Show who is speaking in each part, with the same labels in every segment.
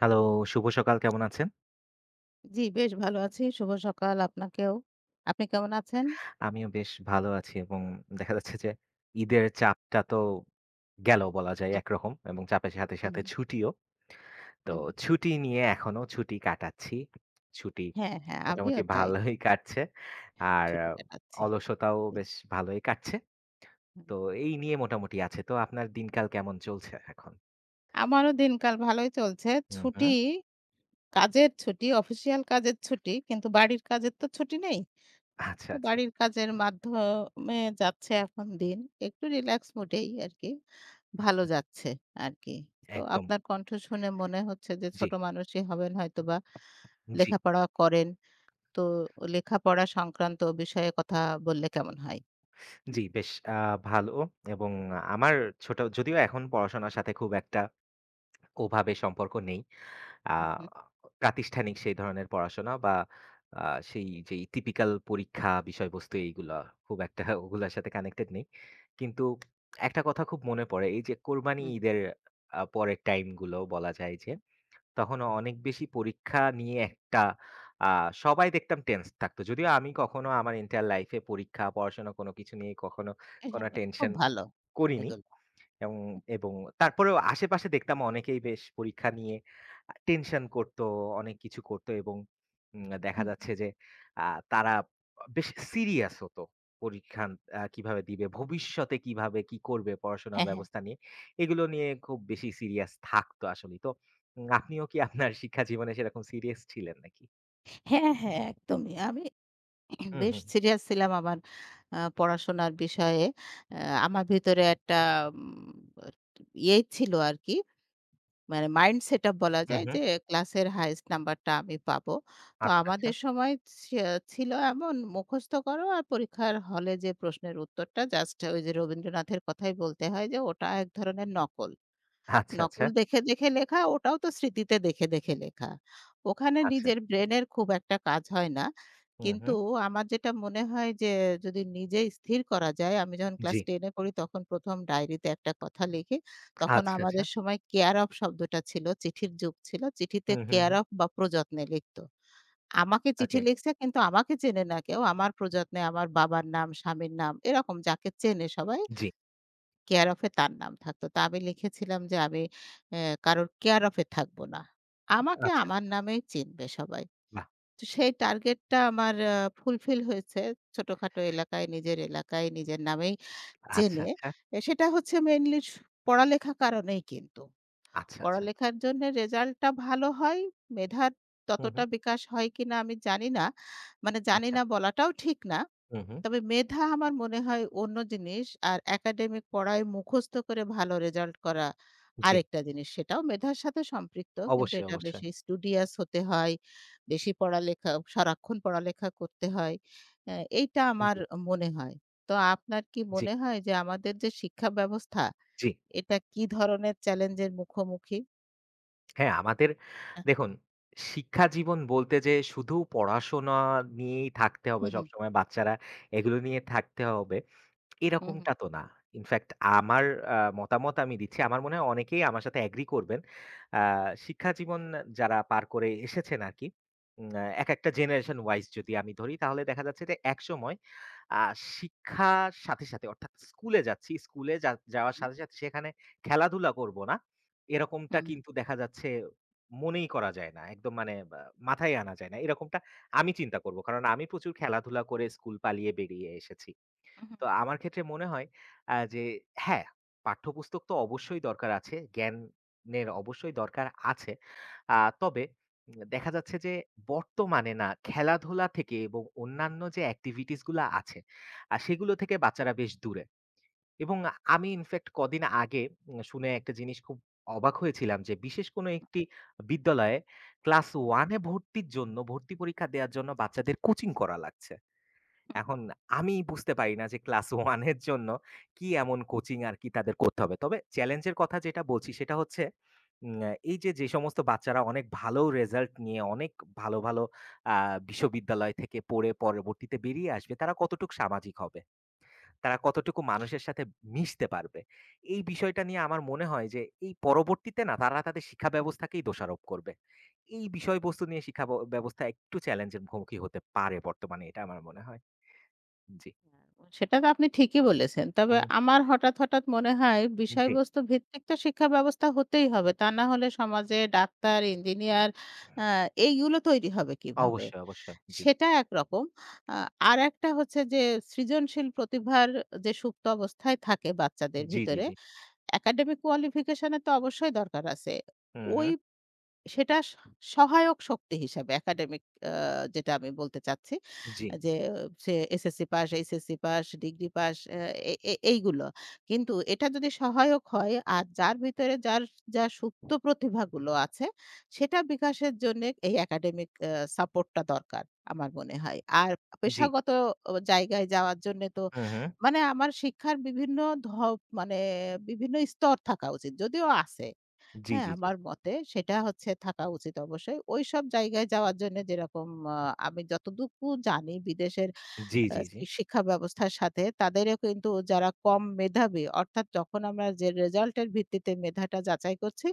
Speaker 1: Hello, শুভ সকাল। কেমন আছেন?
Speaker 2: জি, বেশ ভালো আছি। শুভ সকাল আপনাকেও। আপনি কেমন আছেন?
Speaker 1: আমিও বেশ ভালো আছি এবং দেখা যাচ্ছে যে ঈদের চাপটা তো গেল বলা যায়
Speaker 2: হুম,
Speaker 1: একরকম, এবং চাপের সাথে,
Speaker 2: হুম,
Speaker 1: সাথে ছুটিও। তো
Speaker 2: হুম।
Speaker 1: ছুটি নিয়ে এখনো ছুটি কাটাচ্ছি। ছুটি
Speaker 2: হ্যাঁ, হ্যাঁ, আমিও
Speaker 1: মোটামুটি
Speaker 2: তাই।
Speaker 1: ভালোই কাটছে। আর
Speaker 2: ছুটি কাটাচ্ছি।
Speaker 1: অলসতাও
Speaker 2: জি,
Speaker 1: বেশ ভালোই কাটছে।
Speaker 2: হুম।
Speaker 1: তো এই নিয়ে মোটামুটি আছে। তো আপনার দিনকাল কেমন চলছে এখন?
Speaker 2: আমারও দিনকাল ভালোই চলছে।
Speaker 1: হুম,
Speaker 2: ছুটি,
Speaker 1: হুম।
Speaker 2: কাজের ছুটি, অফিসিয়াল কাজের ছুটি। কিন্তু বাড়ির কাজের তো ছুটি নেই।
Speaker 1: আচ্ছা,
Speaker 2: তো
Speaker 1: আচ্ছা।
Speaker 2: বাড়ির কাজের মাধ্যমে যাচ্ছে এখন দিন। একটু রিল্যাক্স মুডেই আরকি। ভালো
Speaker 1: আচ্ছা। আচ্ছা।
Speaker 2: যাচ্ছে আরকি। তো
Speaker 1: একদম।
Speaker 2: আপনার কণ্ঠ শুনে মনে হচ্ছে যে
Speaker 1: জি,
Speaker 2: ছোট মানুষই হবেন হয়তোবা।
Speaker 1: জি।
Speaker 2: লেখাপড়া করেন। তো লেখাপড়া সংক্রান্ত বিষয়ে কথা বললে কেমন হয়?
Speaker 1: জি, বেশ ভালো এবং আমার ছোট, যদিও এখন পড়াশোনার সাথে খুব একটা ওভাবে সম্পর্ক নেই। আ
Speaker 2: হু, হু,
Speaker 1: প্রাতিষ্ঠানিক সেই ধরনের পড়াশোনা বা আ সেই যেই টিপিক্যাল পরীক্ষা বিষয়বস্তু এইগুলা খুব একটা ওগুলার সাথে কানেক্টেড নেই। কিন্তু একটা কথা খুব মনে পড়ে, এই যে কোরবানি
Speaker 2: হু,
Speaker 1: ঈদের পরের টাইমগুলো, বলা যায় যে
Speaker 2: হু।
Speaker 1: তখন অনেক বেশি পরীক্ষা নিয়ে একটা আ সবাই দেখতাম টেন্স থাকতো। যদিও আমি কখনো আমার এন্টায়ার লাইফ এ পরীক্ষা, পড়াশোনা কোনো কিছু নিয়ে কখনো কোনো
Speaker 2: খুব
Speaker 1: টেনশন
Speaker 2: ভালো
Speaker 1: করিনি।
Speaker 2: এগুলো।
Speaker 1: এবং, এবং তারপরেও আশেপাশে দেখতাম অনেকেই বেশ পরীক্ষা নিয়ে টেনশন করত, অনেক কিছু করত এবং দেখা
Speaker 2: হুম,
Speaker 1: যাচ্ছে যে আ তারা বেশ সিরিয়াস হতো। পরীক্ষা কিভাবে দিবে, ভবিষ্যতে কিভাবে কি করবে পড়াশোনার
Speaker 2: হ্যাঁ, হ্যাঁ।
Speaker 1: ব্যবস্থা নিয়ে। এগুলো নিয়ে খুব বেশি সিরিয়াস থাকতো আসলেই। তো আপনিও কি আপনার শিক্ষা জীবনে সেরকম সিরিয়াস ছিলেন নাকি?
Speaker 2: হ্যাঁ, হ্যাঁ, একদমই। আমি
Speaker 1: হুম,
Speaker 2: বেশ
Speaker 1: হুম।
Speaker 2: সিরিয়াস ছিলাম আমার পড়াশোনার বিষয়ে। আ আমার ভিতরে একটা উম ইয়ে ছিল আরকি মানে মাইন্ড সেটআপ বলা
Speaker 1: হুম,
Speaker 2: যায়
Speaker 1: হুম।
Speaker 2: যে ক্লাসের হাইয়েস্ট নাম্বারটা আমি পাবো। তো
Speaker 1: আচ্ছা, আচ্ছা।
Speaker 2: আমাদের সময় ছি ছিল এমন মুখস্থ করো আর পরীক্ষার হলে যে প্রশ্নের উত্তরটা জাস্ট ওই যে রবীন্দ্রনাথের কথাই বলতে হয় যে ওটা এক ধরনের নকল।
Speaker 1: আচ্ছা, আচ্ছা।
Speaker 2: নকল দেখে, দেখে লেখা ওটাও তো স্মৃতিতে দেখে, দেখে লেখা। ওখানে
Speaker 1: আচ্ছা।
Speaker 2: নিজের ব্রেনের খুব একটা কাজ হয় না।
Speaker 1: হুম,
Speaker 2: কিন্তু
Speaker 1: হুম।
Speaker 2: আমার যেটা মনে হয় যে যদি নিজে স্থির করা যায়, আমি যখন ক্লাস
Speaker 1: জি।
Speaker 2: 10 এ পড়ি তখন ১ম ডায়েরিতে একটা কথা লিখি। তখন
Speaker 1: আচ্ছা, আচ্ছা।
Speaker 2: আমাদের সময় কেয়ার অফ শব্দটা ছিল, চিঠির যুগ ছিল। চিঠিতে
Speaker 1: হুম, হুম,
Speaker 2: কেয়ার
Speaker 1: হুম।
Speaker 2: অফ বা প্রযত্নে লিখত। আমাকে চিঠি
Speaker 1: ওকে।
Speaker 2: লিখছে কিন্তু আমাকে চেনে না কেউ। আমার প্রযত্নে আমার বাবার নাম, স্বামীর নাম এরকম যাকে চেনে সবাই
Speaker 1: জি।
Speaker 2: কেয়ার অফ এ তার নাম থাকতো। তো আমি লিখেছিলাম যে আমি অ্যা কারোর কেয়ার অফ এ থাকব না। আমাকে
Speaker 1: আচ্ছা।
Speaker 2: আমার নামেই চিনবে সবাই।
Speaker 1: বাহ!
Speaker 2: তো সেই টার্গেটটা আমার ফুলফিল হয়েছে। ছোটখাটো এলাকায় নিজের এলাকায় নিজের নামেই
Speaker 1: আচ্ছা,
Speaker 2: চেনে।
Speaker 1: আচ্ছা,
Speaker 2: সেটা হচ্ছে মেইনলি পড়ালেখা কারণেই কিন্তু।
Speaker 1: আচ্ছা, আচ্ছা।
Speaker 2: পড়ালেখার জন্য রেজাল্টটা ভালো হয়। মেধার
Speaker 1: হু, হু।
Speaker 2: ততটা বিকাশ হয় কিনা আমি জানি না। মানে জানি
Speaker 1: আচ্ছা।
Speaker 2: না বলাটাও ঠিক না।
Speaker 1: হু, হু।
Speaker 2: তবে মেধা আমার মনে হয় অন্য জিনিস। আর একাডেমিক পড়ায় মুখস্থ করে ভালো রেজাল্ট করা
Speaker 1: জি,
Speaker 2: আরেকটা জিনিস। সেটাও মেধার সাথে সম্পৃক্ত। কিন্তু
Speaker 1: অবশ্যই,
Speaker 2: এটা
Speaker 1: অবশ্যই।
Speaker 2: বেশি স্টুডিয়াস হতে হয়। বেশি পড়ালেখা সারাক্ষণ পড়ালেখা করতে হয়। এইটা আমার
Speaker 1: জি,
Speaker 2: মনে হয়। তো আপনার কি
Speaker 1: জি,
Speaker 2: মনে হয় যে আমাদের যে শিক্ষা ব্যবস্থা
Speaker 1: জি।
Speaker 2: এটা কি ধরনের চ্যালেঞ্জের মুখোমুখি?
Speaker 1: হ্যাঁ, আমাদের
Speaker 2: আ
Speaker 1: দেখুন শিক্ষা জীবন বলতে যে শুধু পড়াশোনা নিয়েই থাকতে
Speaker 2: হু,
Speaker 1: হবে
Speaker 2: হু,
Speaker 1: সবসময়, বাচ্চারা এগুলো নিয়ে থাকতে হবে,
Speaker 2: হু, হু,
Speaker 1: এরকমটা তো না। ইনফেক্ট আমার মতামত আমি দিচ্ছি। আমার মনে হয় অনেকেই আমার সাথে এগ্রি করবেন। আ শিক্ষা জীবন যারা পার করে এসেছেন আরকি, উম আ
Speaker 2: হু,
Speaker 1: একেকটা জেনারেশন ওয়াইজ যদি আমি ধরি, তাহলে দেখা যাচ্ছে যে একসময় আ শিক্ষার সাথে, সাথে, অর্থাৎ স্কুলে যাচ্ছি, স্কুলে যা যাওয়ার
Speaker 2: হু,
Speaker 1: সাথে, সাথে সেখানে খেলাধুলা করব না, এরকমটা
Speaker 2: হু,
Speaker 1: কিন্তু দেখা যাচ্ছে মনেই করা যায় না। একদম মানে বা মাথায় আনা যায় না। এরকমটা আমি চিন্তা করব। কারণ আমি প্রচুর খেলাধুলা করে স্কুল পালিয়ে বেরিয়ে এসেছি।
Speaker 2: হু, হু,
Speaker 1: তো আমার ক্ষেত্রে মনে হয় যে হ্যাঁ, পাঠ্যপুস্তক তো অবশ্যই দরকার আছে। জ্ঞানের অবশ্যই দরকার আছে। আ তবে দেখা যাচ্ছে যে বর্তমানে না খেলাধুলা থেকে এবং অন্যান্য যে activities গুলা আছে, সেগুলো থেকে বাচ্চারা বেশ দূরে। এবং আমি ইনফেক্ট কদিন আগে শুনে একটা জিনিস খুব অবাক হয়েছিলাম যে বিশেষ কোনো একটি বিদ্যালয়ে ক্লাস
Speaker 2: হু।
Speaker 1: 1 এ ভর্তির জন্য ভর্তি পরীক্ষা দেয়ার জন্য বাচ্চাদের কোচিং করা লাগছে। এখন আমি বুঝতে পারি না যে ক্লাস 1 এর জন্য কি এমন কোচিং আরকি তাদের করতে হবে। তবে চ্যালেঞ্জের কথা যেটা বলছি সেটা হচ্ছে উম এই যে, যে সমস্ত বাচ্চারা অনেক ভালো রেজাল্ট নিয়ে অনেক ভালো, ভালো আ বিশ্ববিদ্যালয় থেকে পড়ে পরবর্তীতে বেরিয়ে আসবে, তারা কতটুকু সামাজিক হবে? তারা কতটুকু মানুষের সাথে মিশতে পারবে? এই বিষয়টা নিয়ে আমার মনে হয় যে এই পরবর্তীতে না তারা তাদের শিক্ষা ব্যবস্থাকেই দোষারোপ করবে। এই বিষয়বস্তু নিয়ে শিক্ষা ব্যবস্থা একটু চ্যালেঞ্জের মুখোমুখি হতে পারে বর্তমানে, এটা আমার মনে হয়। জি।
Speaker 2: সেটা তো আপনি ঠিকই বলেছেন। তবে
Speaker 1: হুম,
Speaker 2: আমার হঠাৎ, হঠাৎ মনে হয়
Speaker 1: জি।
Speaker 2: বিষয়বস্তু ভিত্তিক তো শিক্ষা ব্যবস্থা হতেই হবে। তা না হলে সমাজে ডাক্তার, ইঞ্জিনিয়ার আ এইগুলো তৈরি হবে কিভাবে?
Speaker 1: অবশ্যই, অবশ্যই। জি।
Speaker 2: সেটা একরকম। আ আরেকটা হচ্ছে যে সৃজনশীল প্রতিভার যে সুপ্ত অবস্থায় থাকে বাচ্চাদের
Speaker 1: জি, জি,
Speaker 2: ভিতরে,
Speaker 1: জি।
Speaker 2: একাডেমিক কোয়ালিফিকেশন এর তো অবশ্যই দরকার আছে।
Speaker 1: হুম,
Speaker 2: ওই
Speaker 1: হুম।
Speaker 2: সেটা সহায়ক শক্তি হিসাবে একাডেমিক আ যেটা আমি বলতে চাচ্ছি।
Speaker 1: জি,
Speaker 2: যে সে SSC pass, HSC pass, degree pass আ এ এ এইগুলো। কিন্তু এটা যদি সহায়ক হয় আর যার ভিতরে যার যা সুপ্ত প্রতিভাগুলো আছে সেটা বিকাশের জন্যে এই একাডেমিক সাপোর্টটা দরকার আমার মনে হয়। আর
Speaker 1: জি।
Speaker 2: পেশাগত জায়গায় যাওয়ার জন্যে তো
Speaker 1: হুম, হুম।
Speaker 2: মানে আমার শিক্ষার বিভিন্ন ধ মানে বিভিন্ন স্তর থাকা উচিত। যদিও আছে।
Speaker 1: জি,
Speaker 2: হ্যাঁ,
Speaker 1: জি, জি।
Speaker 2: আমার মতে সেটা হচ্ছে থাকা উচিত অবশ্যই। ওইসব জায়গায় যাওয়ার জন্য যেরকম আ আমি যতটুকু জানি বিদেশের
Speaker 1: জি,
Speaker 2: আ
Speaker 1: জি, জি।
Speaker 2: শি শিক্ষা ব্যবস্থার সাথে তাদেরও কিন্তু যারা কম মেধাবী অর্থাৎ যখন আমরা যে রেজাল্টের ভিত্তিতে মেধাটা যাচাই করছি,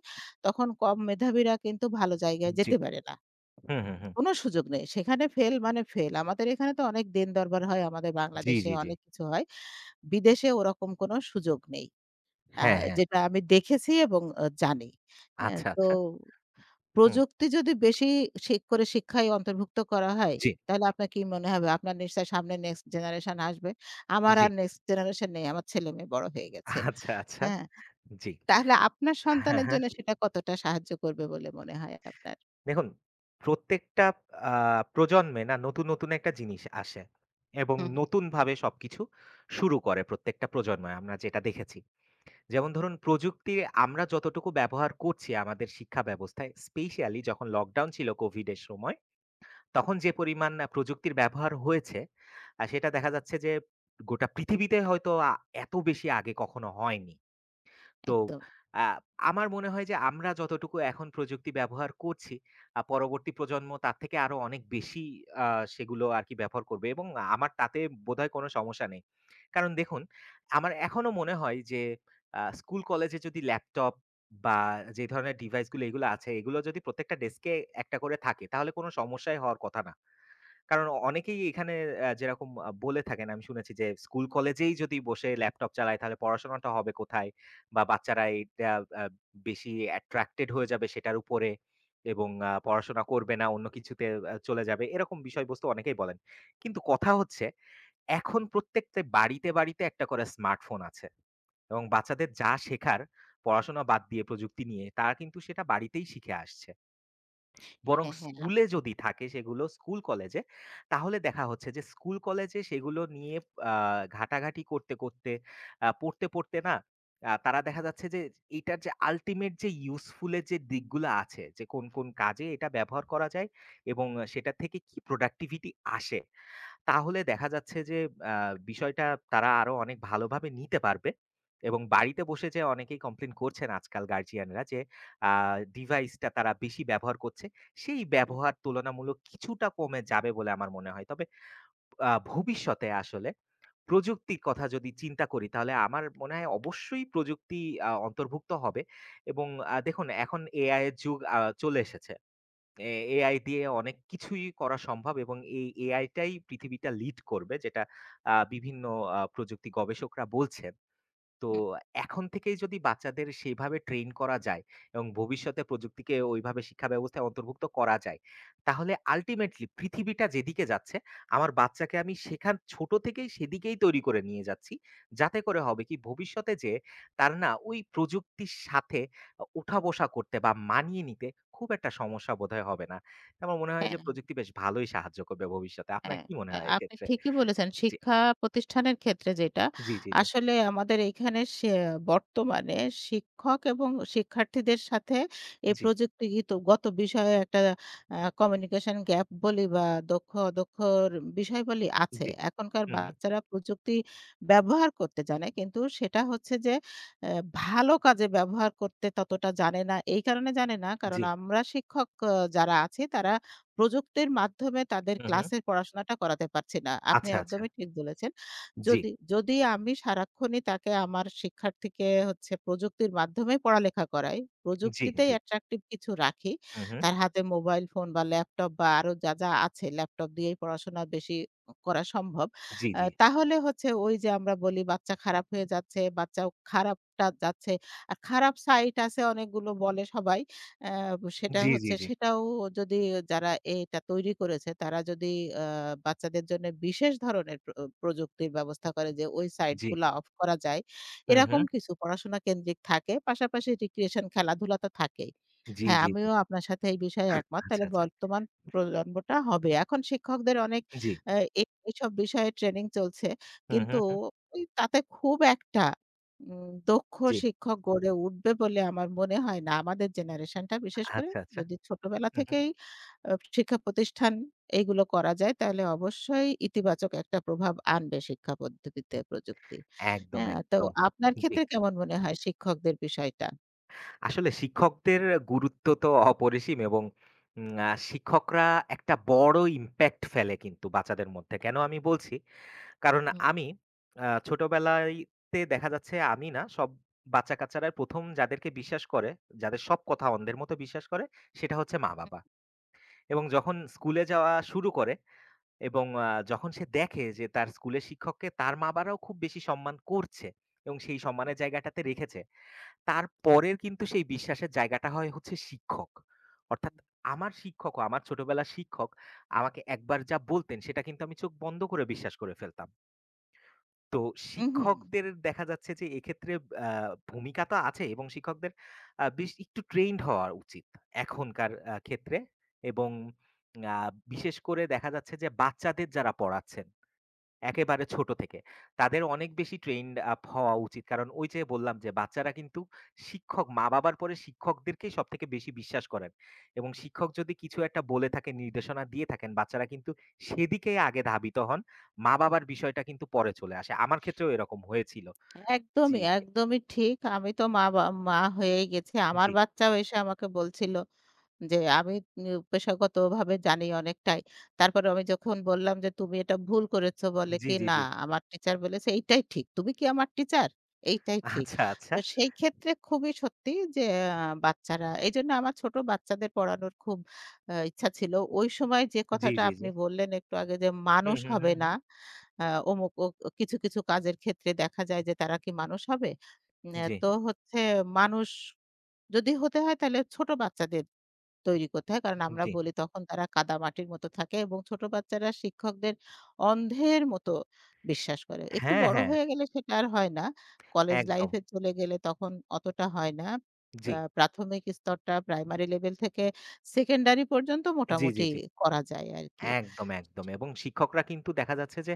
Speaker 2: তখন কম মেধাবীরা কিন্তু ভালো জায়গায়
Speaker 1: জি।
Speaker 2: যেতে পারে না।
Speaker 1: হুম, হুম, হুম।
Speaker 2: কোনো সুযোগ নেই। সেখানে ফেল মানে ফেল। আমাদের এখানে তো অনেক দিন-দরবার হয় আমাদের
Speaker 1: জি,
Speaker 2: বাংলাদেশে
Speaker 1: জি, জি।
Speaker 2: অনেক কিছু হয়। বিদেশে ওরকম কোনো সুযোগ নেই। আ
Speaker 1: হ্যাঁ, হ্যাঁ।
Speaker 2: যেটা আমি দেখেছি এবং জানি। হ্যাঁ,
Speaker 1: আচ্ছা,
Speaker 2: তো
Speaker 1: আচ্ছা। হুম।
Speaker 2: প্রযুক্তি যদি বেশি করে শিক্ষায় অন্তর্ভুক্ত করা হয়,
Speaker 1: জি,
Speaker 2: তাহলে আপনার কি মনে হবে? আপনার নিশ্চয়ই সামনে নেক্সট জেনারেশন আসবে। আমার
Speaker 1: জি।
Speaker 2: আর নেক্সট জেনারেশন নেই। আমার ছেলেমেয়ে বড় হয়ে গেছে।
Speaker 1: আচ্ছা, আচ্ছা।
Speaker 2: হ্যাঁ?
Speaker 1: জি।
Speaker 2: তাহলে আপনার
Speaker 1: হ্যাঁ,
Speaker 2: সন্তানের
Speaker 1: হ্যাঁ।
Speaker 2: জন্য সেটা কতটা সাহায্য করবে বলে মনে হয় আপনার?
Speaker 1: দেখুন, প্রত্যেকটা আ প্রজন্মে না নতুন, নতুন একটা জিনিস আসে এবং
Speaker 2: হুম,
Speaker 1: নতুনভাবে সবকিছু শুরু করে প্রত্যেকটা প্রজন্মে, আমরা যেটা দেখেছি। যেমন ধরুন প্রযুক্তি আমরা যতটুকু ব্যবহার করছি আমাদের শিক্ষা ব্যবস্থায়, স্পেশালি যখন লকডাউন ছিল কোভিডের সময়, তখন যে পরিমাণ প্রযুক্তির ব্যবহার হয়েছে, সেটা দেখা যাচ্ছে যে গোটা পৃথিবীতে হয়তো এত বেশি আগে কখনো হয়নি। তো
Speaker 2: একদম।
Speaker 1: আ আমার মনে হয় যে আমরা যতটুকু এখন প্রযুক্তি ব্যবহার করছি, পরবর্তী প্রজন্ম তার থেকে আরো অনেক বেশি আ সেগুলো আরকি ব্যবহার করবে, এবং আমার তাতে বোধহয় কোনো সমস্যা নেই। কারণ দেখুন, আমার এখনো মনে হয় যে স্কুল কলেজে যদি ল্যাপটপ বা যে ধরনের ডিভাইসগুলো এগুলো আছে, এগুলো যদি প্রত্যেকটা ডেস্কে একটা করে থাকে তাহলে কোনো সমস্যাই হওয়ার কথা না। কারণ অনেকেই এখানে যেরকম বলে থাকেন আমি শুনেছি যে, স্কুল কলেজেই যদি বসে ল্যাপটপ চালায় তাহলে পড়াশোনাটা হবে কোথায়? বা বাচ্চারা এইটা আ বেশি অ্যাট্রাক্টেড হয়ে যাবে সেটার উপরে এবং পড়াশোনা করবে না, অন্য কিছুতে চলে যাবে। এরকম বিষয়বস্তু অনেকেই বলেন। কিন্তু কথা হচ্ছে এখন প্রত্যেকটা বাড়িতে একটা করে স্মার্টফোন আছে এবং বাচ্চাদের যা শেখার পড়াশোনা বাদ দিয়ে প্রযুক্তি নিয়ে তারা কিন্তু সেটা বাড়িতেই শিখে আসছে। বরং
Speaker 2: হ্যাঁ, হ্যাঁ,
Speaker 1: স্কুলে যদি থাকে সেগুলো স্কুল কলেজে, তাহলে দেখা হচ্ছে যে স্কুল কলেজে সেগুলো নিয়ে আ ঘাটাঘাটি করতে, করতে, পড়তে, পড়তে না তারা দেখা যাচ্ছে যে এটার যে আল্টিমেট যে ইউজফুল এর যে দিকগুলো আছে, যে কোন, কোন কাজে এটা ব্যবহার করা যায় এবং সেটা থেকে কি প্রোডাক্টিভিটি আসে, তাহলে দেখা যাচ্ছে যে আ বিষয়টা তারা আরো অনেক ভালোভাবে নিতে পারবে এবং বাড়িতে বসে যে অনেকেই কমপ্লেইন করছেন আজকাল গার্ডিয়ানরা যে আ ডিভাইসটা তারা বেশি ব্যবহার করছে, সেই ব্যবহার তুলনামূলক কিছুটা কমে যাবে বলে আমার মনে হয়। তবে ভবিষ্যতে আসলে প্রযুক্তির কথা যদি চিন্তা করি, তাহলে আমার মনে হয় অবশ্যই প্রযুক্তি অন্তর্ভুক্ত হবে এবং দেখুন এখন AI এর যুগ চলে এসেছে। এ এআই দিয়ে অনেক কিছুই করা সম্ভব এবং এই এআই টাই পৃথিবীটা লিড করবে, যেটা বিভিন্ন প্রযুক্তি গবেষকরা বলছেন। তো এখন থেকেই যদি বাচ্চাদের সেইভাবে ট্রেন করা যায় এবং ভবিষ্যতে প্রযুক্তিকে ওইভাবে শিক্ষা ব্যবস্থায় অন্তর্ভুক্ত করা যায়, তাহলে আল্টিমেটলি পৃথিবীটা যেদিকে যাচ্ছে, আমার বাচ্চাকে আমি সেখান ছোট থেকেই সেদিকেই তৈরি করে নিয়ে যাচ্ছি। যাতে করে হবে কি ভবিষ্যতে যেয়ে তার না ওই প্রযুক্তির সাথে উঠা-বসা করতে বা মানিয়ে নিতে খুব একটা সমস্যা বোধহয় হবে না। আমার মনে হয় যে
Speaker 2: হ্যাঁ।
Speaker 1: প্রযুক্তি বেশ ভালোই সাহায্য করবে ভবিষ্যতে। আপনার
Speaker 2: হ্যাঁ,
Speaker 1: কি মনে হয়
Speaker 2: আপনি
Speaker 1: এক্ষেত্রে?
Speaker 2: ঠিকই বলেছেন।
Speaker 1: জি,
Speaker 2: শিক্ষা প্রতিষ্ঠানের ক্ষেত্রে যেটা,
Speaker 1: জি, জি, জি,
Speaker 2: আসলে আমাদের এখানে সে বর্তমানে শিক্ষক এবং শিক্ষার্থীদের সাথে এই
Speaker 1: জি,
Speaker 2: প্রযুক্তিগত বিষয়ে একটা কমিউনিকেশন গ্যাপ বলি বা দক্ষ অদক্ষর বিষয় বলি আছে।
Speaker 1: জি।
Speaker 2: এখনকার
Speaker 1: হু, হু,
Speaker 2: বাচ্চারা প্রযুক্তি ব্যবহার করতে জানে। কিন্তু সেটা হচ্ছে যে এ ভালো কাজে ব্যবহার করতে ততটা জানে না। এই কারণে জানে না কারণ
Speaker 1: জি,
Speaker 2: আমরা শিক্ষক যারা আছি তারা প্রযুক্তির মাধ্যমে তাদের
Speaker 1: হু, হু।
Speaker 2: ক্লাসের পড়াশোনাটা করাতে পারছি না। আপনি
Speaker 1: আচ্ছা, আচ্ছা।
Speaker 2: একদমই ঠিক বলেছেন।
Speaker 1: জি,
Speaker 2: যদি যদি আমি সারাক্ষণই তাকে আমার শিক্ষার্থীকে হচ্ছে প্রযুক্তির মাধ্যমে পড়ালেখা করাই,
Speaker 1: জি,
Speaker 2: প্রযুক্তিতেই
Speaker 1: জি।
Speaker 2: অ্যাট্রাকটিভ কিছু রাখি,
Speaker 1: হু, হু।
Speaker 2: তার হাতে মোবাইল ফোন বা ল্যাপটপ বা আরো যা, যা আছে ল্যাপটপ দিয়েই পড়াশোনা বেশি করা সম্ভব।
Speaker 1: জি, জি।
Speaker 2: তাহলে হচ্ছে ওই যে আমরা বলি বাচ্চা খারাপ হয়ে যাচ্ছে, বাচ্চা খারাপটা যাচ্ছে। আর খারাপ সাইট আছে অনেকগুলো বলে সবাই। আ সেটা
Speaker 1: জি, জি,
Speaker 2: হচ্ছে
Speaker 1: জি,
Speaker 2: সেটাও যদি যারা এটা তৈরি করেছে তারা যদি আ বাচ্চাদের জন্য বিশেষ ধরনের প্রযুক্তির ব্যবস্থা করে যে ওই সাইট
Speaker 1: জি।
Speaker 2: গুলা অফ করা যায়।
Speaker 1: হু, হু।
Speaker 2: এরকম কিছু পড়াশোনা কেন্দ্রিক থাকে। পাশাপাশি রিক্রিয়েশন খেলাধুলা তো থাকেই।
Speaker 1: জি,
Speaker 2: হ্যাঁ,
Speaker 1: জি, জি।
Speaker 2: আমিও আপনার সাথে এই বিষয়ে একমত।
Speaker 1: আচ্ছা,
Speaker 2: তাহলে
Speaker 1: আচ্ছা।
Speaker 2: বর্তমান প্রজন্মটা হবে। এখন শিক্ষকদের অনেক
Speaker 1: জি।
Speaker 2: আ এ এসব বিষয়ে ট্রেনিং চলছে।
Speaker 1: হু,
Speaker 2: কিন্তু
Speaker 1: হু, হু।
Speaker 2: ওই তাতে খুব একটা দক্ষ
Speaker 1: জি।
Speaker 2: শিক্ষক গড়ে উঠবে বলে আমার মনে হয় না। আমাদের জেনারেশনটা বিশেষ করে
Speaker 1: আচ্ছা, আচ্ছা।
Speaker 2: যদি ছোটবেলা
Speaker 1: হু, হু।
Speaker 2: থেকেই শিক্ষা প্রতিষ্ঠান এইগুলো করা যায় তাহলে অবশ্যই ইতিবাচক একটা প্রভাব আনবে শিক্ষা পদ্ধতিতে প্রযুক্তি।
Speaker 1: একদম,
Speaker 2: হ্যাঁ, তো
Speaker 1: একদম।
Speaker 2: আপনার
Speaker 1: জি।
Speaker 2: ক্ষেত্রে কেমন মনে হয় শিক্ষকদের বিষয়টা?
Speaker 1: আসলে শিক্ষকদের গুরুত্ব তো অপরিসীম এবং উম আ শিক্ষকরা একটা বড় ইমপ্যাক্ট ফেলে কিন্তু বাচ্চাদের মধ্যে। কেন আমি বলছি কারণ
Speaker 2: হুম,
Speaker 1: আমি ছোটবেলায়তে দেখা যাচ্ছে আমি না সব বাচ্চা-কাচ্চারা ১ম যাদেরকে বিশ্বাস করে, যাদের সব কথা অন্ধের মতো বিশ্বাস করে, সেটা হচ্ছে
Speaker 2: হুম,
Speaker 1: মা-বাবা। এবং যখন স্কুলে যাওয়া শুরু করে এবং যখন সে দেখে যে তার স্কুলের শিক্ষককে তার মা-বাবারাও খুব বেশি সম্মান করছে এবং সেই
Speaker 2: হুম,
Speaker 1: সম্মানের জায়গাটাতে রেখেছে, তারপরের কিন্তু সেই বিশ্বাসের জায়গাটা হচ্ছে শিক্ষক। অর্থাৎ
Speaker 2: হুম।
Speaker 1: আমার শিক্ষকও, আমার ছোটবেলার শিক্ষক আমাকে একবার যা বলতেন সেটা কিন্তু আমি চোখ বন্ধ করে বিশ্বাস করে ফেলতাম। তো
Speaker 2: উহু।
Speaker 1: শিক্ষকদের দেখা যাচ্ছে যে এক্ষেত্রে আ ভূমিকা তো আছে এবং শিক্ষকদের বেশ একটু ট্রেইনড হওয়া উচিত এখনকার ক্ষেত্রে এবং আ বিশেষ করে দেখা যাচ্ছে যে বাচ্চাদের যারা পড়াচ্ছেন একেবারে ছোট থেকে, তাদের অনেক বেশি trained up হওয়া উচিত। কারণ ওই যে বললাম যে বাচ্চারা কিন্তু শিক্ষক মা-বাবার পরে শিক্ষকদেরকেই সবথেকে বেশি বিশ্বাস করেন। এবং শিক্ষক যদি কিছু একটা বলে থাকেন, নির্দেশনা দিয়ে থাকেন, বাচ্চারা কিন্তু সেদিকেই আগে ধাবিত হন। মা-বাবার বিষয়টা কিন্তু পরে চলে আসে। আমার ক্ষেত্রেও এরকম হয়েছিল। জি,
Speaker 2: একদমই,
Speaker 1: জি,
Speaker 2: একদমই ঠিক। আমি তো মা হয়েই গেছি। আমার
Speaker 1: জি,
Speaker 2: বাচ্চাও এসে আমাকে বলছিল যে, আমি পেশাগতভাবে জানি অনেকটাই। তারপরে আমি যখন বললাম যে, "তুমি এটা ভুল করেছো" বলে
Speaker 1: জি,
Speaker 2: কি,
Speaker 1: জি,
Speaker 2: "না,
Speaker 1: জি।
Speaker 2: আমার টিচার বলেছে এইটাই ঠিক। তুমি কি আমার টিচার? এইটাই ঠিক।"
Speaker 1: আচ্ছা, আচ্ছা।
Speaker 2: তো সেই ক্ষেত্রে খুবই সত্যি যে আ বাচ্চারা এইজন্য আমার ছোট বাচ্চাদের পড়ানোর খুব ইচ্ছা ছিল। ওই সময় যে
Speaker 1: জি,
Speaker 2: কথাটা
Speaker 1: জি, জি।
Speaker 2: আপনি বললেন একটু আগে যে,
Speaker 1: হুম,
Speaker 2: "মানুষ
Speaker 1: হুম,
Speaker 2: হবে
Speaker 1: হুম,
Speaker 2: না"
Speaker 1: হুম।
Speaker 2: আ অমুক ও ও কিছু, কিছু কাজের ক্ষেত্রে দেখা যায় যে তারা কি মানুষ হবে? উম আ
Speaker 1: জি,
Speaker 2: তো হচ্ছে মানুষ যদি হতে হয় তাহলে ছোট বাচ্চাদের তৈরি করতে হয়। কারণ আমরা
Speaker 1: জি।
Speaker 2: বলি তখন তারা কাদামাটির মতো থাকে এবং ছোট বাচ্চারা শিক্ষকদের অন্ধের মতো বিশ্বাস করে। একটু
Speaker 1: হ্যাঁ,
Speaker 2: বড়
Speaker 1: হ্যাঁ।
Speaker 2: হয়ে গেলে সেটা আর হয় না। কলেজ লাইফ
Speaker 1: একদম।
Speaker 2: এ চলে গেলে তখন অতটা হয় না।
Speaker 1: জি,
Speaker 2: প্রাথমিক স্তরটা প্রাইমারি লেভেল থেকে সেকেন্ডারি পর্যন্ত
Speaker 1: জি, জি,
Speaker 2: মোটামুটি
Speaker 1: জি।
Speaker 2: করা যায় আরকি।
Speaker 1: একদম, একদম। এবং শিক্ষকরা কিন্তু দেখা যাচ্ছে যে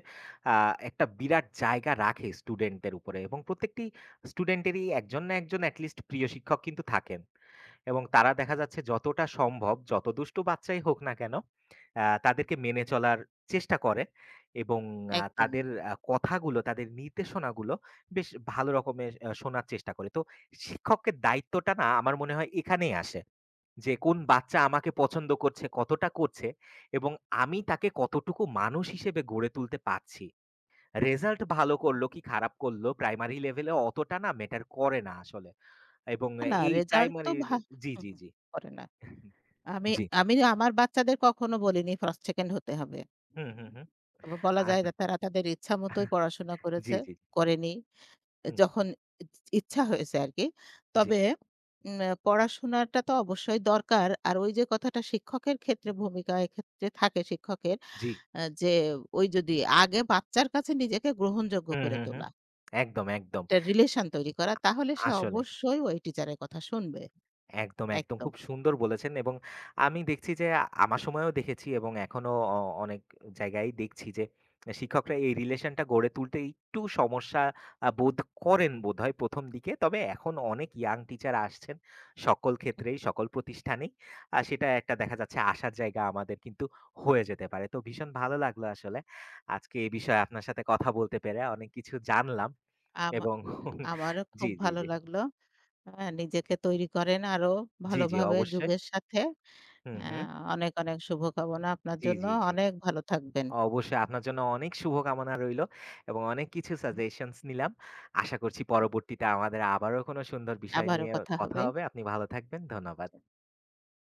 Speaker 1: আ একটা বিরাট জায়গা রাখে স্টুডেন্টদের উপরে এবং প্রত্যেকটি স্টুডেন্টেরই একজন না একজন এট লিস্ট প্রিয় শিক্ষক কিন্তু থাকেন। এবং তারা দেখা যাচ্ছে যতটা সম্ভব যত দুষ্টু বাচ্চাই হোক না কেন, তাদেরকে মেনে চলার চেষ্টা করে এবং আ
Speaker 2: একদমই।
Speaker 1: তাদের আ কথাগুলো, তাদের নির্দেশনাগুলো বেশ ভালো রকমের শোনার চেষ্টা করে। তো শিক্ষকের দায়িত্বটা না আমার মনে হয় এখানেই আসে। যে কোন বাচ্চা আমাকে পছন্দ করছে, কতটা করছে এবং আমি তাকে কতটুকু মানুষ হিসেবে গড়ে তুলতে পারছি। রেজাল্ট ভালো করলো কি খারাপ করলো প্রাইমারি লেভেলে অতটা না ম্যাটার করে না আসলে। এবং
Speaker 2: না, না
Speaker 1: এই
Speaker 2: রেজাল্ট তো
Speaker 1: প্রাইমারি
Speaker 2: ভা
Speaker 1: জি,
Speaker 2: হুম,
Speaker 1: জি,
Speaker 2: হুম,
Speaker 1: জি,
Speaker 2: করে না। আমি
Speaker 1: জি।
Speaker 2: আমি আমার বাচ্চাদের কখনো বলিনি ফার্স্ট, সেকেন্ড হতে হবে।
Speaker 1: হুম, হুম, হুম।
Speaker 2: তবে বলা যায়
Speaker 1: আসলে
Speaker 2: যে তারা তাদের ইচ্ছা মতোই পড়াশোনা
Speaker 1: জি,
Speaker 2: করেছে,
Speaker 1: জি,
Speaker 2: করেনি।
Speaker 1: হুম,
Speaker 2: যখন ইচ ইচ্ছা হয়েছে আরকি।
Speaker 1: জি,
Speaker 2: তবে পড়াশোনাটা তো অবশ্যই দরকার। আর ওই যে কথাটা শিক্ষকের ক্ষেত্রে ভূমিকা এক্ষেত্রে থাকে শিক্ষকের
Speaker 1: জি।
Speaker 2: যে ওই যদি আগে বাচ্চার কাছে নিজেকে গ্রহণযোগ্য
Speaker 1: হুম,
Speaker 2: করে
Speaker 1: হুম, হুম।
Speaker 2: তোলা,
Speaker 1: একদম, একদম।
Speaker 2: একটা রিলেশন তৈরি করা তাহলে সে
Speaker 1: আসলে।
Speaker 2: অবশ্যই ওই টিচারের কথা শুনবে।
Speaker 1: একদম, একদম।
Speaker 2: একদম।
Speaker 1: খুব সুন্দর বলেছেন এবং আমি দেখছি যে আমার সময়েও দেখেছি এবং এখনো অ অনেক জায়গায় দেখছি যে শিক্ষকরা এই রিলেশনটা গড়ে তুলতে একটু সমস্যা বোধ করেন বোধহয় ১ম দিকে। তবে এখন অনেক ইয়াং টিচার আসছেন সকল ক্ষেত্রেই, সকল প্রতিষ্ঠানেই। সেটা একটা দেখা যাচ্ছে আশার জায়গা আমাদের কিন্তু হয়ে যেতে পারে। তো ভীষণ ভালো লাগলো আসলে আজকে এ বিষয়ে আপনার সাথে কথা বলতে পেরে, অনেক কিছু জানলাম
Speaker 2: আম
Speaker 1: এবং
Speaker 2: আমারও খুব
Speaker 1: জি, জি,
Speaker 2: ভালো
Speaker 1: জি,
Speaker 2: লাগলো।
Speaker 1: জি,
Speaker 2: নিজেকে তৈরি করেন আরো
Speaker 1: জি, জি,
Speaker 2: ভালোভাবে
Speaker 1: অবশ্যই।
Speaker 2: যুগের সাথে।
Speaker 1: হুম,
Speaker 2: অ্যা
Speaker 1: হুম।
Speaker 2: অনেক, অনেক শুভকামনা আপনার
Speaker 1: জি,
Speaker 2: জন্য।
Speaker 1: জি, জি।
Speaker 2: অনেক ভালো থাকবেন।
Speaker 1: অবশ্যই আপনার জন্য অনেক শুভকামনা রইলো এবং অনেক কিছু সাজেশনস নিলাম। আশা করছি পরবর্তীতে আমাদের আবারও কোনো সুন্দর বিষয়
Speaker 2: আবারও
Speaker 1: নিয়ে
Speaker 2: কথা
Speaker 1: কথা
Speaker 2: হবে।
Speaker 1: হবে। আপনি ভালো থাকবেন। ধন্যবাদ।